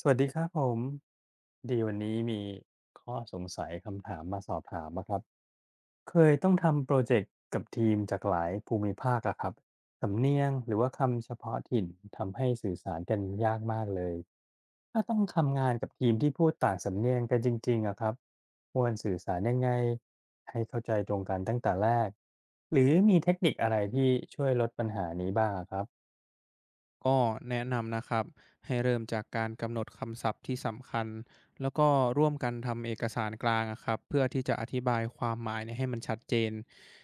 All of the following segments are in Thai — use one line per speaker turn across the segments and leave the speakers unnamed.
สวัสดีครับผมดีวันนี้มีข้อสงสัยคำถามมาสอบถามนะครับเคยต้องทำโปรเจกต์กับทีมจากหลายภูมิภาคอะครับสำเนียงหรือว่าคำเฉพาะถิ่นทำให้สื่อสารกันยากมากเลยถ้าต้องทำงานกับทีมที่พูดต่างสำเนียงกันจริงๆอะครับควรสื่อสารยังไงให้เข้าใจตรงกันตั้งแต่แรกหรือมีเทคนิคอะไรที่ช่วยลดปัญหานี้บ้างอะครับ
ก็แนะนำนะครับให้เริ่มจากการกำหนดคำศัพท์ที่สำคัญแล้วก็ร่วมกันทำเอกสารกลางอะครับเพื่อที่จะอธิบายความหมายเนี่ยให้มันชัดเจน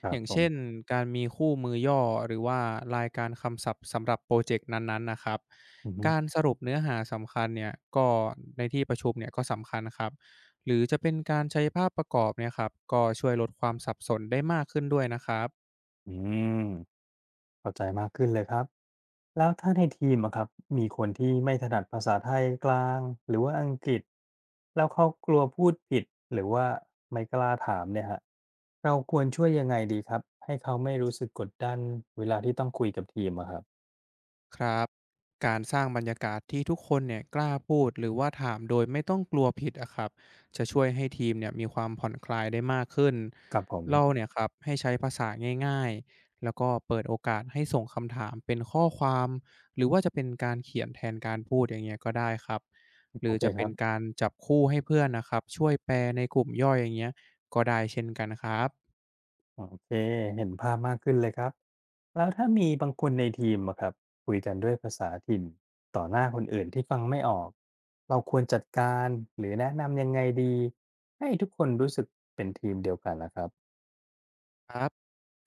ครั
อ
บ
ย่าง
ผ
เช่น
ม
การมีคู่มือย่อหรือว่ารายการคำศัพท์สำหรับโปรเจกต์นั้นๆนะครับ
อืมอฮึ
การสรุปเนื้อหาสำคัญเนี่ยก็ในที่ประชุมเนี่ยก็สำคัญครับหรือจะเป็นการใช้ภาพประกอบเนี่ยครับก็ช่วยลดความสับสนได้มากขึ้นด้วยนะครับ
อืม เข้าใจมากขึ้นเลยครับแล้วถ้าในทีมอะครับมีคนที่ไม่ถนัดภาษาไทยกลางหรือว่าอังกฤษแล้วเขากลัวพูดผิดหรือว่าไม่กล้าถามเนี่ยฮะเราควรช่วยยังไงดีครับให้เขาไม่รู้สึกกดดันเวลาที่ต้องคุยกับทีมอะครับ
ครับการสร้างบรรยากาศที่ทุกคนเนี่ยกล้าพูดหรือว่าถามโดยไม่ต้องกลัวผิดอะครับจะช่วยให้ทีมเนี่ยมีความผ่อนคลายได้มากขึ้น
กับผม
อลเราเนี่ยครับให้ใช้ภาษาง่ายๆแล้วก็เปิดโอกาสให้ส่งคำถามเป็นข้อความหรือว่าจะเป็นการเขียนแทนการพูดอย่างเงี้ยก็ได้ครับหรื
โอ
อ
เค
จะ
ค
เป็
รั
น
บ
การจับคู่ให้เพื่อนนะครับช่วยแปลในกลุ่มย่อยอย่างเงี้ยก็ได้เช่นกันครับ
โอเคเห็นภาพมากขึ้นเลยครับแล้วถ้ามีบางคนในทีมอะครับคุยกันด้วยภาษาถิ่นต่อหน้าคนอื่นที่ฟังไม่ออกเราควรจัดการหรือแนะนำยังไงดีให้ทุกคนรู้สึกเป็นทีมเดียวกันนะครับ
ครับ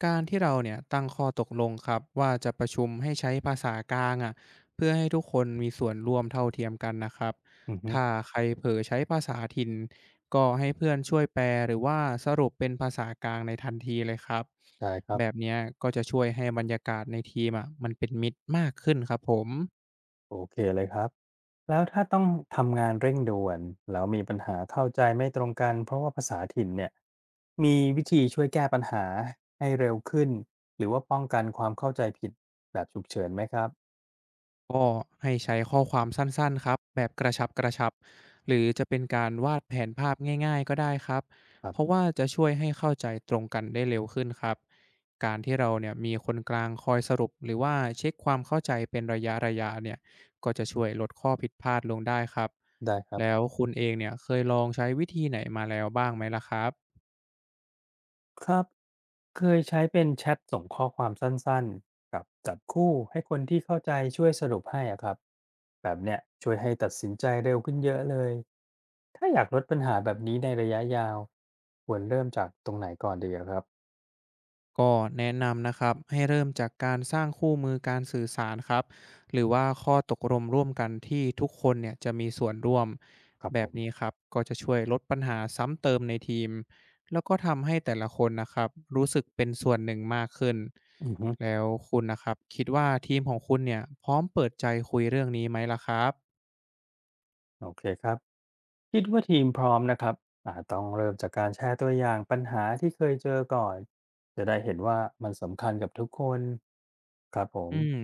การที่เราเนี่ยตั้งข้อตกลงครับว่าจะประชุมให้ใช้ภาษากลางอ่ะเพื่อให้ทุกคนมีส่วนร่วมเท่าเทียมกันนะครับ
อือฮึ
ถ้าใครเผลอใช้ภาษาถิ่นก็ให้เพื่อนช่วยแปลหรือว่าสรุปเป็นภาษากลางในทันทีเลยครับ
ใช่ครั
แบบ
บ
เนี้ยก็จะช่วยให้บรรยากาศในทีมอ่ะมันเป็นมิตรมากขึ้นครับผม
โอเคเลยครับแล้วถ้าต้องทำงานเร่งด่วนแล้วมีปัญหาเข้าใจไม่ตรงกันเพราะว่าภาษาถิ่นเนี่ยมีวิธีช่วยแก้ปัญหาให้เร็วขึ้นหรือว่าป้องกันความเข้าใจผิดแบบฉุกเฉินไหมครับ
ก็ให้ใช้ข้อความสั้นๆครับแบบกระชับหรือจะเป็นการวาดแผนภาพง่ายๆก็ได้ครับ
ครั
เพราะ
บ
ว่าจะช่วยให้เข้าใจตรงกันได้เร็วขึ้นครับการที่เราเนี่ยมีคนกลางคอยสรุปหรือว่าเช็คความเข้าใจเป็นระยะๆเนี่ยก็จะช่วยลดข้อผิดพลาดลงได้ครับ
ได้ครับ
แล้วคุณเองเนี่ยเคยลองใช้วิธีไหนมาแล้วบ้างไหมล่ะครับ
ครับเคยใช้เป็นแชทส่งข้อความสั้นๆกับจับคู่ให้คนที่เข้าใจช่วยสรุปให้อะครับแบบเนี้ยช่วยให้ตัดสินใจเร็วขึ้นเยอะเลยถ้าอยากลดปัญหาแบบนี้ในระยะยาวควรเริ่มจากตรงไหนก่อนดีอะครับ
ก็แนะนำนะครับให้เริ่มจากการสร้างคู่มือการสื่อสารครับหรือว่าข้อตกลงร่วมกันที่ทุกคนเนี่ยจะมีส่วนร่วม
ครับ
แบ
ผ
บนี้
ม
ครับก็จะช่วยลดปัญหาซ้ำเติมในทีมแล้วก็ทำให้แต่ละคนนะครับรู้สึกเป็นส่วนหนึ่งมากขึ้น
อือฮึ
แล้วคุณนะครับคิดว่าทีมของคุณเนี่ยพร้อมเปิดใจคุยเรื่องนี้ไหมล่ะครับ
โอเคครับคิดว่าทีมพร้อมนะครับอาจต้องเริ่มจากการแชร์ตัวอย่างปัญหาที่เคยเจอก่อนจะได้เห็นว่ามันสำคัญกับทุกคนครับผม
อืม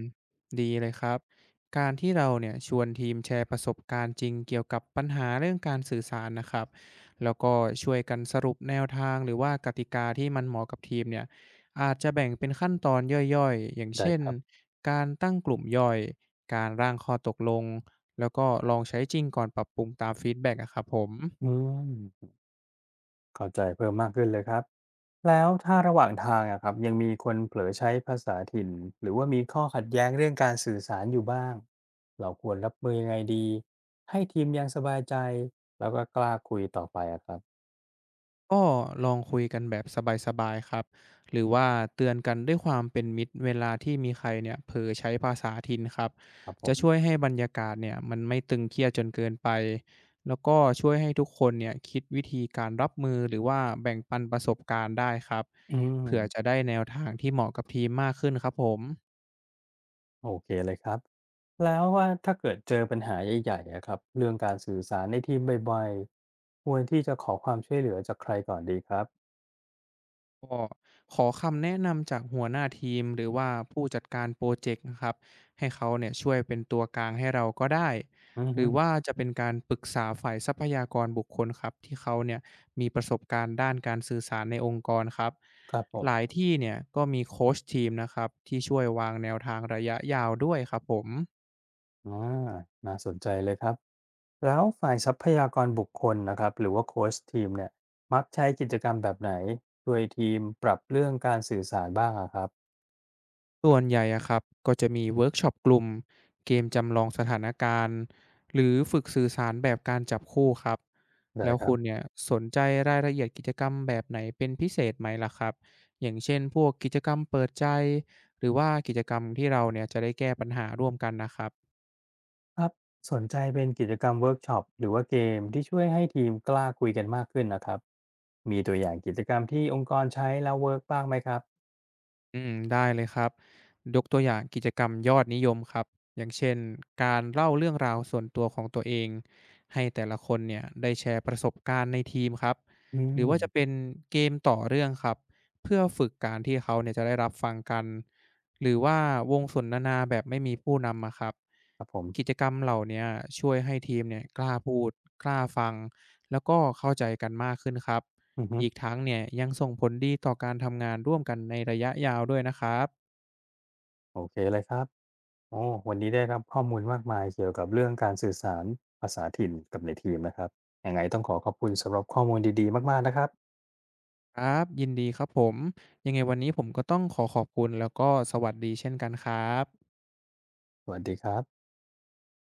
ดีเลยครับการที่เราเนี่ยชวนทีมแชร์ประสบการณ์จริงเกี่ยวกับปัญหาเรื่องการสื่อสารนะครับแล้วก็ช่วยกันสรุปแนวทางหรือว่ากติกาที่มันเหมาะกับทีมเนี่ยอาจจะแบ่งเป็นขั้นตอนย่อยๆอย่าง
ได้
เช่น
ครับ
การตั้งกลุ่มย่อยการร่างข้อตกลงแล้วก็ลองใช้จริงก่อนปรับปรุงตามฟีดแบ็กอะครับผม
อืม เข้าใจเพิ่มมากขึ้นเลยครับแล้วถ้าระหว่างทางอะครับยังมีคนเผลอใช้ภาษาถิ่นหรือว่ามีข้อขัดแย้งเรื่องการสื่อสารอยู่บ้างเราควรรับมือยังไงดีให้ทีมยังสบายใจแล้วก็กล้าคุยต่อไปอะครับ
ก็ลองคุยกันแบบสบายๆครับหรือว่าเตือนกันด้วยความเป็นมิตรเวลาที่มีใครเนี่ยเผลอใช้ภาษาถิ่นครับ
ครับผ
จะช่วย
ม
ให้บรรยากาศเนี่ยมันไม่ตึงเครียดจนเกินไปแล้วก็ช่วยให้ทุกคนเนี่ยคิดวิธีการรับมือหรือว่าแบ่งปันประสบการณ์ได้ครับ
อื
เผื่อจะ
ม
ได้แนวทางที่เหมาะกับทีมมากขึ้นครับผม
โอเคเลยครับแล้วว่าถ้าเกิดเจอปัญหาใหญ่ๆอะครับเรื่องการสื่อสารในทีมบ่อยๆควรที่จะขอความช่วยเหลือจากใครก่อนดีครับ
ก็ขอคำแนะนำจากหัวหน้าทีมหรือว่าผู้จัดการโปรเจกต์นะครับให้เขาเนี่ยช่วยเป็นตัวกลางให้เราก็ได้
อือ
ห
ฮึ
รือว่าจะเป็นการปรึกษาฝ่ายทรัพยากรบุคคลครับที่เขาเนี่ยมีประสบการณ์ด้านการสื่อสารในองค์กรครับ
ครับผม
หลายที่เนี่ยก็มีโค้ชทีมนะครับที่ช่วยวางแนวทางระยะยาวด้วยครับผม
อาน่าสนใจเลยครับแล้วฝ่ายทรัพยากรบุคคลนะครับหรือว่าโคชทีมเนี่ยมักใช้กิจกรรมแบบไหนช่วยทีมปรับเรื่องการสื่อสารบ้างอะครับ
ส่วนใหญ่อะครับก็จะมีเวิร์กช็อปกลุ่มเกมจำลองสถานการณ์หรือฝึกสื่อสารแบบการจับคู่ครับ
ได้
แล้ว
ครั
คุ
บ
ณเนี่ยสนใจรายละเอียดกิจกรรมแบบไหนเป็นพิเศษไหมล่ะครับอย่างเช่นพวกกิจกรรมเปิดใจหรือว่ากิจกรรมที่เราเนี่ยจะได้แก้ปัญหาร่วมกันนะครับ
ครับสนใจเป็นกิจกรรมเวิร์กช็อปหรือว่าเกมที่ช่วยให้ทีมกล้าคุยกันมากขึ้นนะครับมีตัวอย่างกิจกรรมที่องค์กรใช้แล้วเวิร์กบ้างไหมครับ
อืมได้เลยครับยกตัวอย่างกิจกรรมยอดนิยมครับอย่างเช่นการเล่าเรื่องราวส่วนตัวของตัวเองให้แต่ละคนเนี่ยได้แชร์ประสบการณ์ในทีมครับ
อื
หรือว่าจะเป็
ม
นเกมต่อเรื่องครับเพื่อฝึกการที่เขาเนี่ยจะได้รับฟังกันหรือว่าวงสนทนาแบบไม่มีผู้นำอะครับ
ครับผ
กิจ
ม
กรรมเหล่าเนี้ยช่วยให้ทีมเนี่ยกล้าพูดกล้าฟังแล้วก็เข้าใจกันมากขึ้นครับ
อือฮึ
อีกทั้งเนี่ยยังส่งผลดีต่อการทำงานร่วมกันในระยะยาวด้วยนะครับ
โอเคเลยครับ โอ้วันนี้ได้รับข้อมูลมากมายเกี่ยวกับเรื่องการสื่อสารภาษาถิ่นกับในทีมนะครับยังไงต้องขอขอบคุณสำหรับข้อมูลดีๆมากๆนะครับ
ครับยินดีครับผมยังไงวันนี้ผมก็ต้องขอขอบคุณแล้วก็สวัสดีเช่นกันครับ
สวัสดีครับ